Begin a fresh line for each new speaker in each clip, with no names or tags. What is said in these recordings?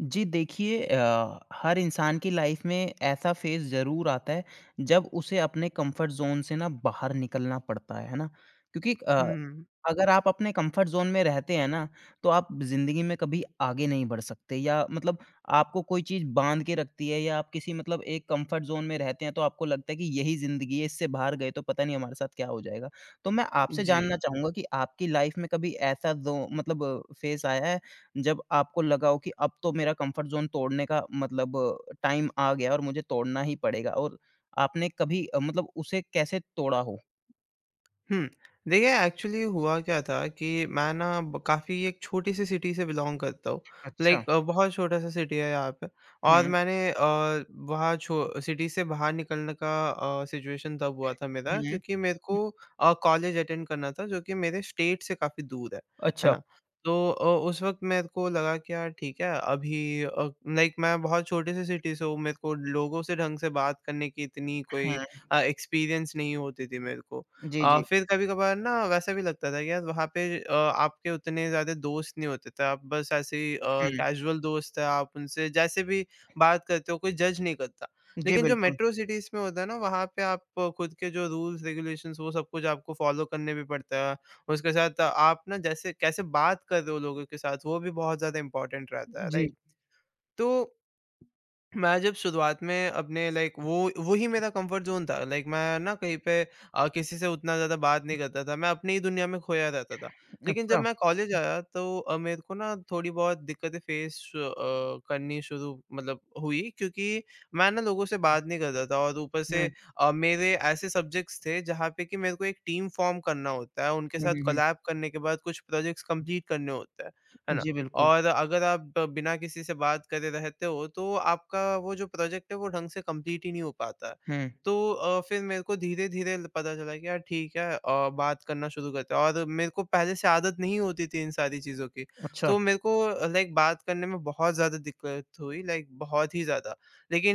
जी देखिए हर इंसान की लाइफ में ऐसा फेज़ ज़रूर आता है जब उसे अपने कंफर्ट ज़ोन से ना बाहर निकलना पड़ता है ना? क्योंकि अ,
हुँ,
अगर आप अपने कंफर्ट ज़ोन में रहते हैं ना, तो आप ज़िंदगी में कभी आगे नहीं बढ़ सकते या मतलब आपको कोई चीज़ बाँध के रखती है या आप किसी मतलब एक कंफर्ट ज़ोन में रहते हैं तो आपको लगता है कि यही ज़िंदगी है, इससे बाहर गए तो पता नहीं हमारे साथ क्या हो जाएगा। तो मैं आपसे
जी।
जानना चाहूँगा कि आपकी लाइफ में कभी ऐसा ज़ो मतलब फेज़ आया है? जब आपको लगा हो कि अब तो मेरा कंफर्ट ज़ोन तोड़ने का मतलब टाइम आ गया और मुझे तोड़ना ही पड़ेगा और आपने कभी मतलब उसे कैसे तोड़ा हो?
हुँ। देखिए एक्चुअली हुआ क्या था कि मैं ना ब काफ़ी एक छोटी-सी सिटी से बिलॉन्ग करता हूँ।
अच्छा।
लाइक बहुत छोटा-सा सिटी है यहाँ पे। और
हुँ,
मैंने वहाँ छो सिटी से बाहर निकलने का सिचुएशन तब हुआ था मेरा,
हुँ,
क्योंकि मेरे
हुँ।
को कॉलेज अटेंड करना था जो कि मेरे स्टेट से काफ़ी दूर है। है
अच्छा।
ना? तो उस वक़्त मेरे को लगा कि यार ठीक है अभी लाइक मैं बहुत छोटे-से सिटी से हूँ, मेरे को लोगों से ढंग से बात करने की इतनी कोई
हुँ,
एक्सपीरियंस नहीं होती थी मेरे को।
जी, जी।
फिर कभी-कभार ना वैसा भी लगता था कि यार वहाँ पे आपके उतने ज़्यादा दोस्त नहीं होते थे। आप बस ऐसे ही
हुँ,
कैज़ुअल दोस्त हैं, आप उनसे जैसे भी बात करते हो, कोई जज नहीं करता।
जी,
लेकिन जो
बिल्कुल।
मेट्रो सिटीज़ में होता है ना, वहाँ पे आप खुद के जो रूल्स रेगुलेशंस वो सब कुछ आपको फ़ॉलो करने भी पड़ता है। उसके साथ आप ना जैसे कैसे बात कर रहे हो लोगों के साथ, वो भी बहुत ज़्यादा इम्पोर्टेंट रहता है,
जी,
राइट? तो मैं जब शुरुआत में अपने लाइक वो ही मेरा कंफर्ट ज़ोन था। लाइक मैं ना कहीं पे किसी से उतना ज़्यादा बात नहीं करता था, मैं अपनी ही दुनिया में खोया रहता था। लेकिन जब
अच्छा।
मैं कॉलेज आया तो मेरे को ना थोड़ी बहुत दिक्कतें फेस करनी शुरू मतलब हुई, क्योंकि मैं ना लोगों से बात नहीं करता था और ऊपर
हुँ,
से मेरे ऐसे सब्जेक्ट्स थे जहाँ पे कि मेरे को एक टीम फ़ॉर्म करना होता है, उनके
हुँ,
साथ
हुँ, हुँ।
कोलैब करने के बाद कुछ प्रोजेक्ट्स कंप्लीट करने होते हैं, है ना?
जी, बिल्कुल।
और अगर आप बिना किसी से बात करे रहते हो तो आपका वो जो प्रोजेक्ट है वो ढंग से कंप्लीट ही नहीं हो पाता है।
हुँ,
तो फिर मेरे को धीरे-धीरे ल पता चला कि यार ठीक है बात करना शुरू करते हैं और मेरे को पहले से आदत नहीं होती थी इन सारी चीज़ों की।
अच्छा।
तो मेरे को लाइक बात करने में बहुत ज़्यादा दिक्कत हुई, लाइक बहुत ही ज़्यादा।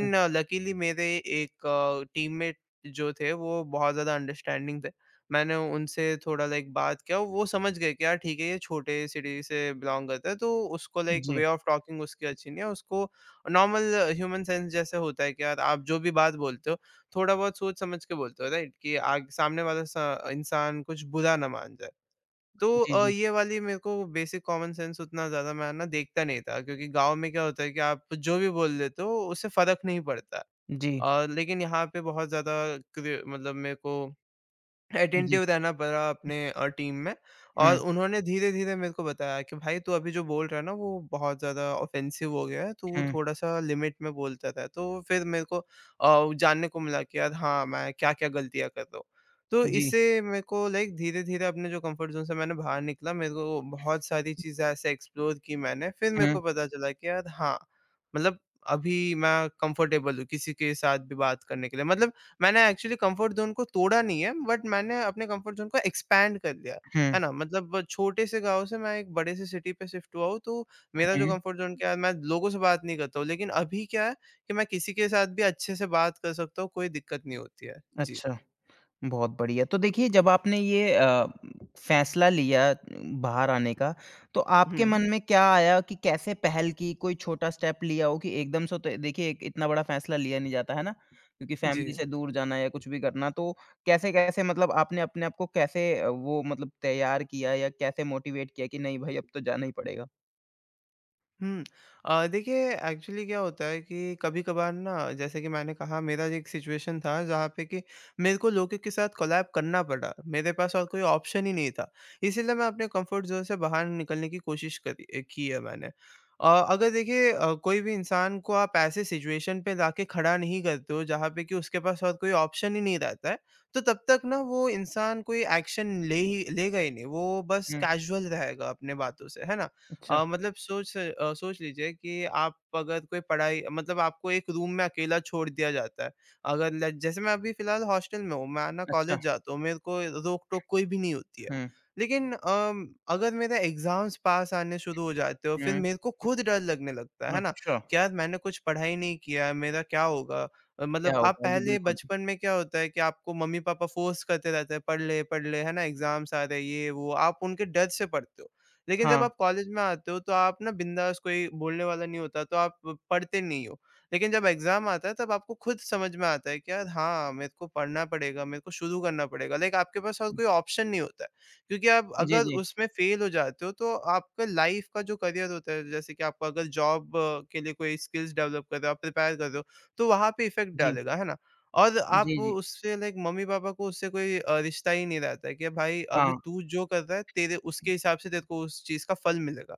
हुँ,
लकीली मेरे एक टीममेट जो थे वो बहुत ज़्यादा अंडरस्टैंडिंग थे। मैंने उनसे थोड़ा लाइक बात किया, वो समझ गए कि यार ठीक है ये छोटे सिटी से बिलॉन्ग करता है, तो उसको लाइक
जी,
वे ऑफ टॉकिंग उसकी अच्छी नहीं है, उसको नॉर्मल ह्यूमन सेंस जैसे होता है कि यार आप जो भी बात बोलते हो, थोड़ा बहुत सोच समझ के बोलते हो राइट, कि आग सामने वाला स इंसान कुछ बुरा ना मान जाए। तो
जी, जी,
ये वाली मेरे को बेसिक कॉमन सेंस उतना ज़्यादा मैं ना देखता नहीं था, क्योंकि गाँव में क्या होता है कि आप जो भी बोल देते हो उससे फ़र्क नहीं पड़ता।
जी,
लेकिन यहाँ पे बहुत ज़्यादा क्र मतलब मेरे को
जी।
अटेंटिव रहना पड़ा अपने टीम में। और
हुँ,
उन्होंने धीरे-धीरे मेरे को बताया कि भाई तू अभी जो बोल रहा है ना वो बहुत ज़्यादा ऑफ़ेंसिव हो गया है, तू
हुँ,
थोड़ा-सा लिमिट में बोलता रह। तो फिर मेरे को जानने को मिला कि यार हाँ, मैं क्या-क्या गलतियाँ कर रहा हूँ। तो
जी।
इससे मेरे को लाइक धीरे-धीरे अपने जो कंफर्ट ज़ोन से मैंने बाहर निकला, मेरे को बहुत सारी चीज़ें ऐसे एक्सप्लोर की मैंने, फिर मेरे
हुँ,
को पता चला कि यार हाँ, मतलब अभी मैं कंफर्टेबल हूँ किसी के साथ भी बात करने के लिए। मतलब मैंने एक्चुअली कम्फर्ट ज़ोन को तोड़ा नहीं है, बट मैंने अपने कम्फर्ट ज़ोन को एक्सपैंड कर लिया,
हुँ,
है ना? मतलब वो छोटे से गाँव से मैं एक बड़े से सिटी पे शिफ्ट हुआ हूँ, तो मेरा जो
हुँ,
कम्फर्ट ज़ोन क्या है, मैं लोगों से बात नहीं करता हूँ। लेकिन अभी क्या है कि मैं किसी के साथ भी अच्छे से बात कर सकता हूँ, कोई दिक्कत नहीं होती है। जी।
अच्छा। बहुत बढ़िया। तो देखिए जब आपने ये फैसला लिया बाहर आने का, तो
हुँ।
आपके मन में क्या आया कि कैसे पहल की? कोई छोटा स्टेप लिया हो कि एकदम से तो देखिए एक इतना बड़ा फैसला लिया नहीं जाता, है ना? क्योंकि
जी।
फैमिली से दूर जाना या कुछ भी करना तो कैसे-कैसे मतलब आपने अपने आप को कैसे वो मतलब तैयार किया या कैसे मोटिवेट किया कि नहीं भाई अब तो जाना ही पड़ेगा?
हुँ। देखिए एक्चुअली क्या होता है कि कभी-कभार ना जैसे कि मैंने कहा मेरा एक सिचुएशन था जहाँ पे कि मेरे को लोगों के साथ कोलैब करना पड़ा। मेरे पास और कोई ऑप्शन ही नहीं था। इसीलिए मैं अपने कंफर्ट ज़ोन से बाहर निकलने की कोशिश करी की है मैंने। अगर देखिए कोई भी इंसान को आप ऐसे सिचुएशन पे लाके खड़ा नहीं करते हो जहाँ पे कि उसके पास और कोई ऑप्शन ही नहीं रहता है, तो तब तक ना वो इंसान कोई एक्शन ले ही लेगा ही नहीं। वो बस
हुँ,
कैज़ुअल रहेगा अपने बातों से, है ना?
अच्छा,
मतलब सोच लीजिए कि आप अगर कोई पढ़ाई मतलब आपको एक रूम में अकेला छोड़ दिया जाता है। अगर ल जैसे मैं अभी फ़िलहाल हॉस्टल में हूँ, मैं ना
अच्छा।
कॉलेज जाता हूँ, मेरे को रोक-टोक कोई भी नहीं होती है।
हुँ,
लेकिन अगर मेरे एग्ज़ाम्स पास आने शुरू हो जाते हैं और फिर
हुँ,
मेरे को खुद डर लगने लगता है ना?
अच्छा।
कि यार मैंने कुछ पढ़ाई नहीं किया है, मेरा क्या होगा?
क्या
मतलब आप
होगा? जी,
पहले
बिल्कुल।
बचपन में क्या होता है कि आपको मम्मी-पापा फ़ोर्स करते रहते हैं, पढ़ ले" है ना? एग्ज़ाम्स आ रहे हैं, ये वो, आप उनके डर से पढ़ते हो। लेकिन जब
हाँ।
आप कॉलेज में आते हो तो आप ना बिंदास कोई बोलने वाला नहीं होता तो आप पढ़ते नहीं हो। लेकिन जब एग्ज़ाम आता है तब आपको खुद समझ में आता है कि यार हाँ, मेरे को पढ़ना पड़ेगा, मेरे को शुरू करना पड़ेगा। लाइक आपके पास और कोई ऑप्शन नहीं होता है। क्योंकि आप
जी,
अगर
जी।
उसमें फ़ेल हो जाते हो तो आपका लाइफ़ का जो करियर होता है जैसे कि आपको अगर जॉब के लिए कोई स्किल्स डेवलप कर रहे हो, आप प्रिपेयर कर रहे हो, तो वहाँ पे इफ़ेक्ट
जी।
डालेगा, है ना? और आप
जी, जी।
उससे लाइक मम्मी-पापा को उससे कोई रिश्ता ही नहीं रहता है कि भाई अभी
हाँ।
तू जो कर रहा है तेरे उसके हिसाब से तेरे को उस चीज़ का फल मिलेगा।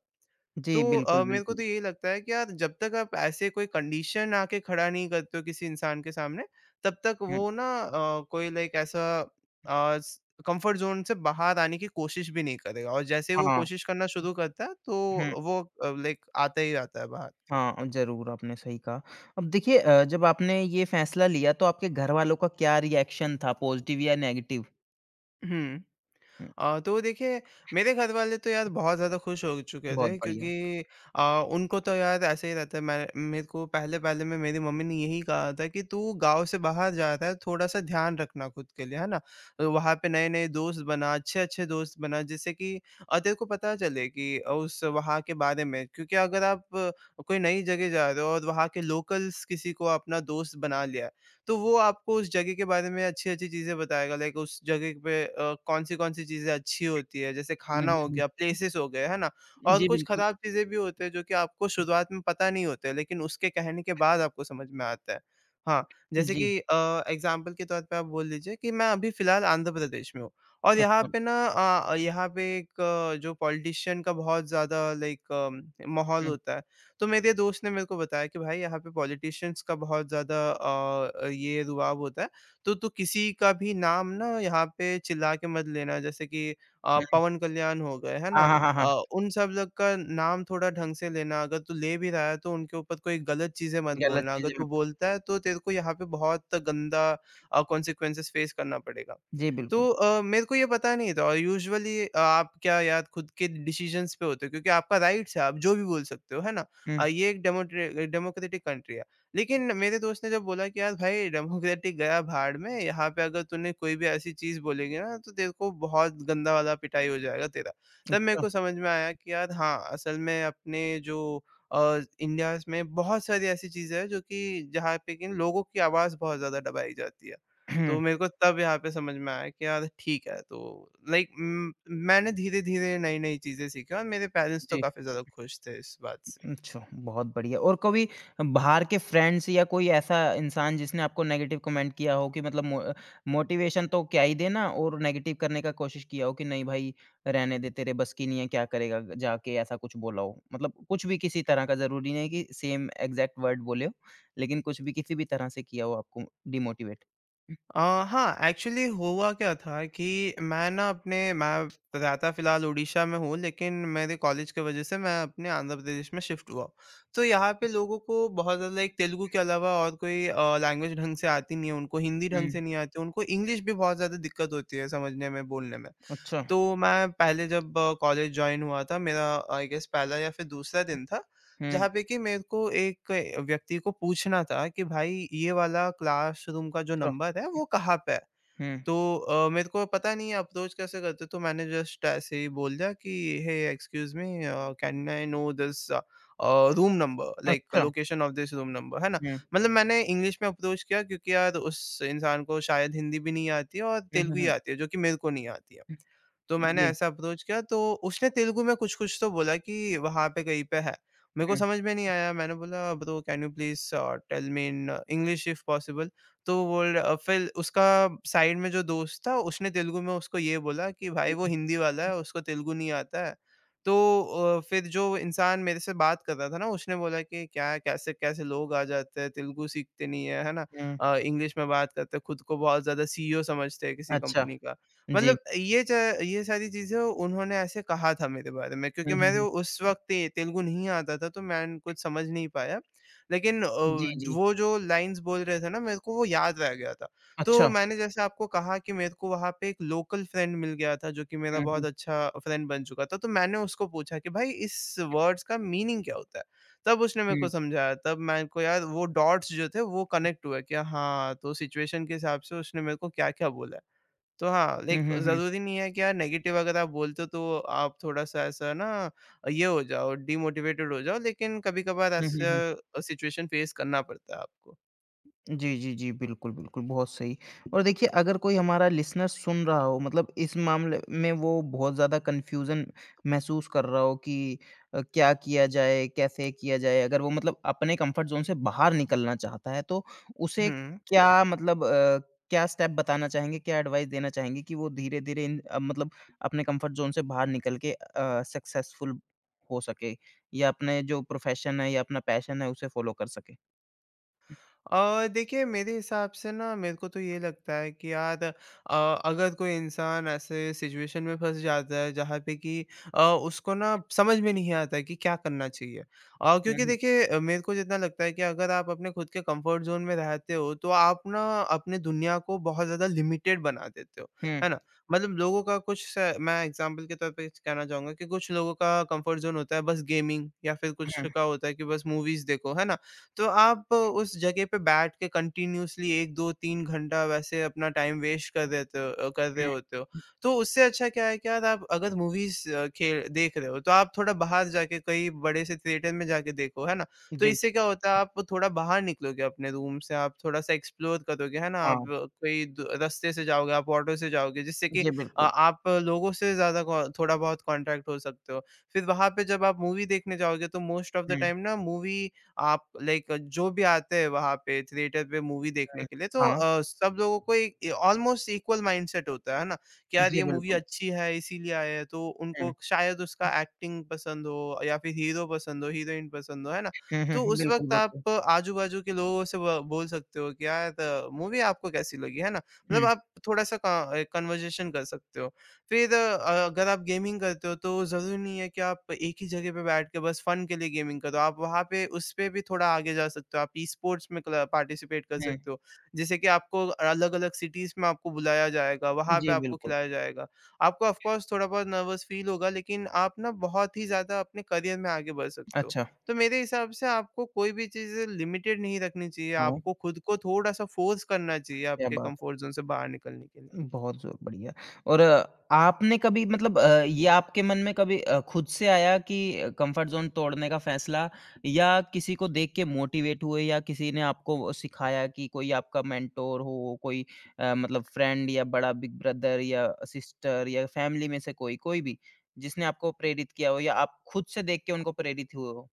जी,
तो
बिल्कुल,
मेरे को
बिल्कुल।
तो यही लगता है कि यार जब तक आप ऐसे कोई कंडीशन आके खड़ा नहीं करते हो किसी इंसान के सामने, तब तक
हुँ,
वो ना कोई लाइक ऐसा स कंफर्ट ज़ोन से बाहर आने की कोशिश भी नहीं करेगा और जैसे ही वो
हाँ।
कोशिश करना शुरू करता है
हुँ,
तो वो लाइक आता ही रहता है बाहर।
हाँ, ज़रूर आपने सही कहा। अब देखिए जब आपने ये फैसला लिया तो आपके घरवालों का क्या रिएक्शन था पॉज़िटिव या नेगेटिव?
हुँ।
हुँ,
तो देखिए, मेरे घरवाले तो यार बहुत ज़्यादा खुश हो चुके
बहुत
थे,
बढ़िया।
क्योंकि अ, उनको तो यार ऐसे ही रहता है। मैं मेरे को पहले-पहले में मेरी मम्मी ने यही कहा था कि तू गाँव से बाहर जा रहा है, थोड़ा-सा ध्यान रखना खुद के लिए, है ना? तो वहाँ पे नए-नए दोस्त बना, अच्छे-अच्छे दोस्त बना, जिससे कि तेरे को पता चले कि उस वहाँ के बारे में, क्योंकि अगर आप कोई नई जगह जा रहे हो और वहाँ के लोकल्स किसी को अपना दोस्त बना लिया तो वो आपको उस जगह के बारे में अच्छी-अच्छी चीज़ें बताएगा, लाइक उस जगह पे कौन-सी-कौन सी कौन सी चीज़ें अच्छी होती है, जैसे
हुँ,
खाना
हुँ,
हो
हुँ।
गया, प्लेसेस हो गए, है ना? और
जी,
कुछ
बिल्कुल।
खराब चीज़ें भी होते हैं जो कि आपको शुरुआत में पता नहीं होते लेकिन उसके कहने के बाद आपको समझ में आता है। हाँ, जैसे
जी,
कि एग्ज़ाम्पल के तौर पे आप बोल लीजिए कि मैं अभी फ़िलहाल आंध्र प्रदेश में हूँ और यहाँ
अच्छा।
पे ना यहाँ पे एक जो पॉलिटिशियन का बहुत ज़्यादा लाइक माहौल
हुँ,
होता है। तो मेरे दोस्त ने मेरे को बताया कि भाई यहाँ पे पॉलिटिशियंस का बहुत ज़्यादा ये रुआब होता है, तो तू किसी का भी नाम ना यहाँ पे चिल्ला के मत लेना, जैसे कि
हुँ।
पवन कल्याण हो गए, है
हाँ,
ना?
हाँ, हाँ, हाँ।
उन सब लोग का नाम थोड़ा ढंग से लेना, अगर तू ले भी रहा है तो उनके ऊपर कोई गलत चीज़ें मत
गलत
बोलना, अगर
चीज़ें
तू
मत
बोलता है तो तेरे को यहाँ पे बहुत गंदा कॉन्सिक्वेंसेस फेस करना पड़ेगा।
जी,
तो
बिल्कुल।
मेरे को ये पता नहीं था और यूजुअली आप क्या यार खुद के डिसीज़न्स पे होते हो, क्योंकि आपका राइट्स है, आप जो भी बोल सकते हो, है ना?
हुँ,
ये एक डेमोट्रे डेमोक्रेटिक कंट्री है। लेकिन मेरे दोस्त ने जब बोला कि यार भाई डेमोक्रेटिक गया भाड़ में, यहाँ पे अगर तूने कोई भी ऐसी चीज़ बोलेगी ना तो तेरे को बहुत गंदा वाला पिटाई हो जाएगा तेरा। तब मेरे
अच्छा।
को समझ में आया कि यार हाँ, असल में अपने जो इंडियाज़ में बहुत सारी ऐसी चीज़ें हैं जो कि जहाँ पे कि लोगों की आवाज़ बहुत ज़्यादा दबाई जाती है। तो
हुँ,
मेरे को तब यहाँ पे समझ में आया कि यार ठीक है, तो लाइक मैंने धीरे-धीरे नई-नई चीज़ें सीखी और मेरे पेरेंट्स तो
जी।
काफ़ी ज़्यादा खुश थे इस बात से।
अच्छा, बहुत बढ़िया। और कभी बाहर के फ्रेंड्स या कोई ऐसा इंसान जिसने आपको नेगेटिव कमेंट किया हो कि मतलब मो मोटिवेशन तो क्या ही देना और नेगेटिव करने का कोशिश किया हो कि नहीं भाई रहने दे तेरे बस की नहीं है, क्या करेगा जाके ऐसा कुछ बोला हो? मतलब कुछ भी किसी तरह का ज़रूरी नहीं कि सेम एग्ज़ैक्ट वर्ड बोले हो, लेकिन कुछ भी किसी भी तरह से किया हो आपको डिमोटिवेट?
अ, हाँ, एक्चुअली हुआ क्या था कि मैं ना अपने मैं रहता फ़िलहाल उड़ीसा में हूँ, लेकिन मेरे कॉलेज की वज़ह से मैं अपने आंध्र प्रदेश में शिफ्ट हुआ हूँ। तो यहाँ पे लोगों को बहुत ज़्यादा लाइक तेलुगु के अलावा और कोई लैंग्वेज ढंग से आती नहीं है, उनको हिंदी
हुँ,
ढंग
हुँ,
से नहीं आती, उनको इंग्लिश भी बहुत ज़्यादा दिक्कत होती है समझने में, बोलने में।
अच्छा,
तो मैं पहले जब कॉलेज जॉइन हुआ था, मेरा आई गेस पहला या फिर दूसरा दिन था,
हुँ,
जहाँ पे कि मेरे को एक व्यक्ति को पूछना था कि भाई ये वाला क्लासरूम का जो
अच्छा,
नंबर है वो कहाँ पे है?
हुँ,
तो मेरे को पता नहीं अप्रोच कैसे करते, तो मैंने जस्ट ऐसे ही बोल दिया कि hey excuse me, can I know this, room number like
अच्छा,
location of this room number, है ना?
हुँ,
मतलब मैंने इंग्लिश में अप्रोच किया क्योंकि यार उस इंसान को शायद हिंदी भी नहीं आती है और
हुँ, हुँ,
तेलुगु ही
हुँ,
आती है जो कि मेरे को नहीं आती है।
हुँ,
तो मैंने
जी,
ऐसा अप्रोच किया, तो उसने तेलुगु में कुछ-कुछ तो बोला कि वहाँ पे कहीं पे है। मेरे को
हुँ,
समझ में नहीं आया, मैंने बोला bro can you please tell me in English if possible. तो फिर उसका साइड में जो दोस्त था उसने तेलुगु में उसको ये बोला कि
हुँ,
भाई वो
हुँ,
हिंदी वाला है, उसको तेलुगु नहीं आता है। तो फिर जो इंसान मेरे से बात कर रहा था ना उसने बोला कि क्या कैसे-कैसे लोग आ जाते हैं, तेलुगु सीखते नहीं है, है ना?
हुँ,
इंग्लिश में बात करते हैं, खुद को बहुत ज़्यादा सीईओ समझते हैं किसी
अच्छा,
कंपनी का।
जी,
मतलब ये सारी चीज़ें उन्होंने ऐसे कहा था मेरे बारे में
हुँ,
क्योंकि
हुँ,
मेरे
हुँ।
उस वक़्त ये तेलुगु नहीं आता था, तो मैं कुछ समझ नहीं पाया। लेकिन
जी, जी।
वो जो लाइन्स बोल रहे थे ना मेरे को वो याद रह गया था। तो
अच्छा।
मैंने जैसे आपको कहा कि मेरे को वहाँ पे एक लोकल फ्रेंड मिल गया था जो कि मेरा
हुँ,
बहुत
हुँ।
अच्छा फ्रेंड बन चुका था। तो मैंने उसको पूछा कि भाई इस वर्ड्स का मीनिंग क्या होता है? तब उसने मेरे
हुँ।
को समझाया, तब मेरे को यार वो डॉट्स जो थे वो कनेक्ट हुए कि हाँ, तो सिचुएशन के हिसाब से उसने मेरे को क्या-क्या बोला है। तो हाँ,
हुँ,
लाइक
हुँ, हुँ।
ज़रूरी नहीं है कि यार नेगेटिव अगर आप बोलते हो तो आप थोड़ा-सा ऐसा ना ये हो जाओ, डीमोटिवेटेड हो जाओ, लेकिन कभी-कभार
हुँ, हुँ, हुँ।
ऐसा सिचुएशन फेस करना पड़ता है आपको।
जी, जी, जी। बिल्कुल, बिल्कुल, बहुत सही। और देखिए अगर कोई हमारा लिसनर सुन रहा हो मतलब इस मामले में वो बहुत ज़्यादा कन्फ्यूज़न महसूस कर रहा हो कि क्या किया जाए, कैसे किया जाए? अगर वो मतलब अपने कम्फर्ट ज़ोन से बाहर निकलना चाहता है तो उसे
हुँ।
क्या मतलब क्या स्टेप बताना चाहेंगे? क्या एडवाइस देना चाहेंगे कि वो धीरे-धीरे मतलब अपने कम्फर्ट ज़ोन से बाहर निकल के सक्सेसफुल हो सके या अपने जो प्रोफ़ेशन है या अपना पैशन है उसे फ़ॉलो कर सके?
देखिए मेरे हिसाब से ना मेरे को तो ये लगता है कि यार, अगर कोई इंसान ऐसे सिचुएशन में फँस जाता है जहाँ पे कि उसको ना समझ में नहीं आता है कि क्या करना चाहिए।
हुँ,
क्योंकि
हुँ,
देखिए, मेरे को जितना लगता है कि अगर आप अपने खुद के कंफर्ट ज़ोन में रहते हो तो आप ना अपने दुनिया को बहुत ज़्यादा लिमिटेड बना देते हो।
हुँ।
है ना? मतलब लोगों का कुछ स मैं एग्ज़ाम्पल के तौर पे कहना चाहूँगा कि कुछ लोगों का कंफर्ट ज़ोन होता है बस गेमिंग, या फिर कुछ
हुँ।
का होता है कि बस मूवीज़ देखो, है ना? तो आप उस जगह पे बैठ के कंटिन्यूअसली 1, 2, 3 घंटा वैसे अपना टाइम वेस्ट कर रहे
हुँ।
होते हो। तो उससे अच्छा क्या है कि यार आप अगर मूवीज़, खेल देख रहे हो तो आप थोड़ा बाहर जाके कहीं बड़े से थिएटर में जाके देखो, है ना?
हुँ,
तो
जी,
इससे क्या होता है, आप थोड़ा बाहर निकलोगे अपने रूम से, आप थोड़ा-सा एक्सप्लोर करोगे, है ना? आप
हाँ।
कोई द रास्ते से जाओगे, आप ऑटो से जाओगे, जिससे कि
जी, बिल्कुल।
आप लोगों से ज़्यादा कॉ थोड़ा बहुत कॉन्टैक्ट हो सकते हो। फिर वहाँ पे जब आप मूवी देखने जाओगे तो most of the
hmm,
time ना मूवी आप लाइक जो भी आते हैं वहाँ पे थिएटर पे मूवी देखने
हुँ,
के लिए, तो
हाँ।
सब लोगों को एक ऑलमोस्ट इक्वल माइंडसेट होता है ना, कि यार
जी,
ये मूवी
बिल्कुल।
अच्छी है इसीलिए आए हैं, तो
हुँ,
उनको शायद उसका एक्टिंग पसंद हो, या फिर हीरो पसंद हो, हीरोइन पसंद हो, है ना?
हुँ, हुँ,
तो
हुँ,
उस
बिल्कुल,
वक्त
बिल्कुल।
आप आजू बाजू के लोगों से बोल सकते हो कि यार मूवी आपको कैसी लगी, है ना, मतलब
हुँ,
आप थोड़ा सा कन्वर्जेशन कर सकते हो। फिर अगर आप गेमिंग करते हो तो ज़रूरी नहीं है कि आप एक ही जगह पे बैठ के बस फ़न के लिए गेमिंग करो। आप वहाँ पे उस पे भी थोड़ा आगे जा सकते हो। आप ई-स्पोर्ट्स में क्ल पार्टिसिपेट कर
हुँ।
सकते हो। जैसे कि आपको अलग-अलग सिटीज़ में आपको बुलाया जाएगा, वहाँ पे
जी,
आपको
बिल्कुल।
खिलाया जाएगा। आपको ऑफ़ कोर्स थोड़ा बहुत नर्वस फ़ील होगा, लेकिन आप ना बहुत ही ज़्यादा अपने करियर में आगे बढ़ सकते हो।
अच्छा,
तो मेरे हिसाब से आपको कोई भी चीज़ें लिमिटेड नहीं रखनी चाहिए।
हाँ,
आपको खुद को थोड़ा-सा फ़ोर्स करना चाहिए
क्या
आपके
बात
कम्फ़र्ट ज़ोन से बाहर निकलने के लिए।
बहुत ज़ो बढ़िया। और आपने कभी मतलब ये आपके मन में कभी खुद से आया कि कम्फ़र्ट ज़ोन तोड़ने का फ़ैसला या किसी को देख के मोटिवेट हुए या किसी ने आपको वो सिखाया कि कोई आपका मेंटोर हो, कोई मतलब फ्रेंड या बड़ा बिग ब्रदर या सिस्टर या फैमिली में से कोई, कोई भी, जिसने आपको प्रेरित किया हो या आप खुद से देख के उनको प्रेरित हुए हो?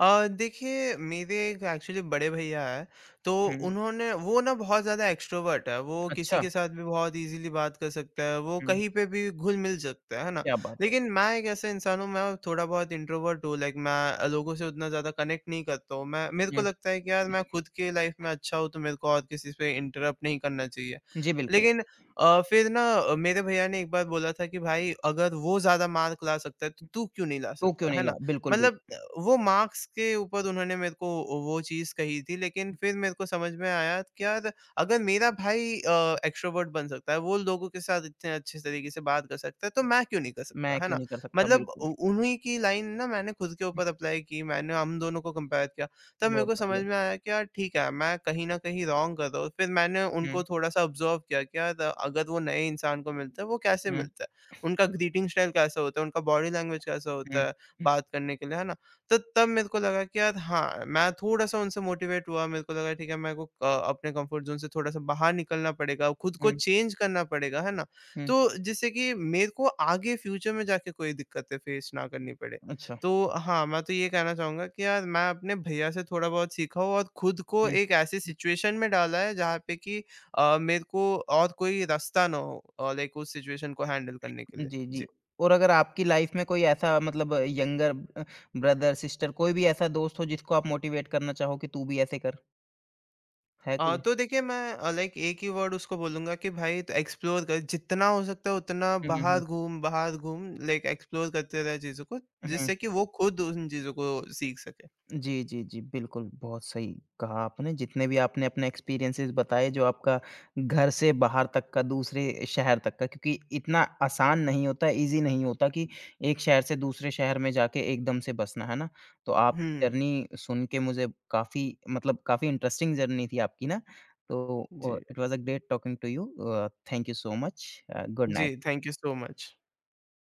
देखिए मेरे एक एक्चुअली बड़े भैया हैं, तो
हुँ,
उन्होंने वो ना, बहुत ज़्यादा एक्स्ट्रोवर्ट है वो, किसी
अच्छा।
के साथ भी बहुत इजीली बात कर सकता है, वो
हुँ,
कहीं पे भी घुल मिल सकता है ना?
क्या बात है।
लेकिन मैं एक ऐसा इंसान हूँ, मैं थोड़ा बहुत इंट्रोवर्ट हूँ, लाइक मैं लोगों से उतना ज़्यादा कनेक्ट नहीं करता हूँ। मैं मेरे को
हुँ,
लगता है कि यार मैं खुद के लाइफ में अच्छा हूँ, तो मेरे को और किसी पे इंटरप्ट नहीं करना चाहिए।
जी, बिल्कुल।
लेकिन फिर ना मेरे भैया ने एक बार बोला था कि भाई अगर वो ज्यादा मार्क ला सकता है तो तू क्यों नहीं ला
तू क्यों
सकता,
नहीं
है
ला
ना?
बिल्कुल भी।
मतलब वो मार्क्स के ऊपर उन्होंने मेरे को वो चीज़ कही थी, लेकिन फिर मेरे को समझ में आया कि यार अगर मेरा भाई एक्स्ट्रोवर्ट बन सकता है, वो लोगों के साथ इतने अच्छे तरीके से बात कर सकता है, तो मैं क्यों नहीं कर
मैं
सकता, है
क्यों
ना?
नहीं कर सकता,
मतलब
बिल्कुल।
उ उन्हीं की लाइन ना मैंने खुद के
हुँ,
ऊपर अप्लाई की, मैंने हम दोनों को कंपेयर किया। तब मेरे
बहुत
को समझ
बढ़िया।
में आया कि यार ठीक है, मैं कहीं न कहीं रॉन्ग कर रहा हूँ। फिर मैंने उनको
हुँ,
थोड़ा-सा ऑब्ज़र्व किया कि यार अगर वो नए इंसान को मिलता है, वो कैसे
हुँ,
मिलता है? उनका ग्रीटिंग स्टाइल कैसा होता है? उनका बॉडी लैंग्वेज कैसा
हुँ,
होता है
हुँ,
बात करने के लिए, है ना? तो तब मेरे को लगा कि यार हाँ, मैं थोड़ा-सा उनसे मोटिवेट हुआ, मेरे को लगा ठीक है, मेरे को अपने कम्फर्ट ज़ोन से थोड़ा-सा बाहर निकलना पड़ेगा, खुद को
हुँ,
चेंज करना पड़ेगा, है ना?
हुँ,
तो जिससे कि मेरे को आगे फ्यूचर में जाके कोई दिक्कतें फेस ना करनी पड़े।
अच्छा।
तो हाँ, मैं तो ये कहना चाहूँगा कि यार मैं अपने भैया से थोड़ा बहुत सीखा हूँ और खुद को
हुँ,
एक ऐसी
हुँ,
सिचुएशन में डाला है जहाँ पे कि मेरे को और कोई रास्ता ना हो, लाइक उस सिचुएशन को हैंडल करने के लिए।
जी, जी।
जी।
और अगर आपकी लाइफ़ में कोई ऐसा मतलब अ, ब्रदर, सिस्टर कोई भी ऐसा दोस्त हो जिसको आप मोटिवेट करना चाहो कि तू भी ऐसे कर, है कोई?
तो देखिए मैं लाइक एक ही वर्ड उसको बोलूँगा कि भाई तो एक्सप्लोर कर, जितना हो सकता है उतना
हुँ, हुँ, हुँ।
बाहर घूम, बाहर घूम, लाइक एक्सप्लोर करते रहे चीज़ों को,
हुँ।
जिससे कि वो खुद उन चीज़ों को सीख सके।
जी, जी, जी। बिल्कुल, बहुत सही कहा आपने। जितने भी आपने अपने एक्सपीरियंसेस बताए जो आपका घर से बाहर तक का दूसरे शहर तक का क्योंकि इतना आसान नहीं होता, ईज़ी नहीं होता कि एक शहर से दूसरे शहर में जाके एकदम से बसना, है ना? तो आपकी
हुँ।
जर्नी सुन के मुझे काफ़ी मतलब काफ़ी इंटरेस्टिंग जर्नी थी आपकी ना? तो
जी।
It was a great talking to you thank you so much good
जी,
night.
Thank you so much.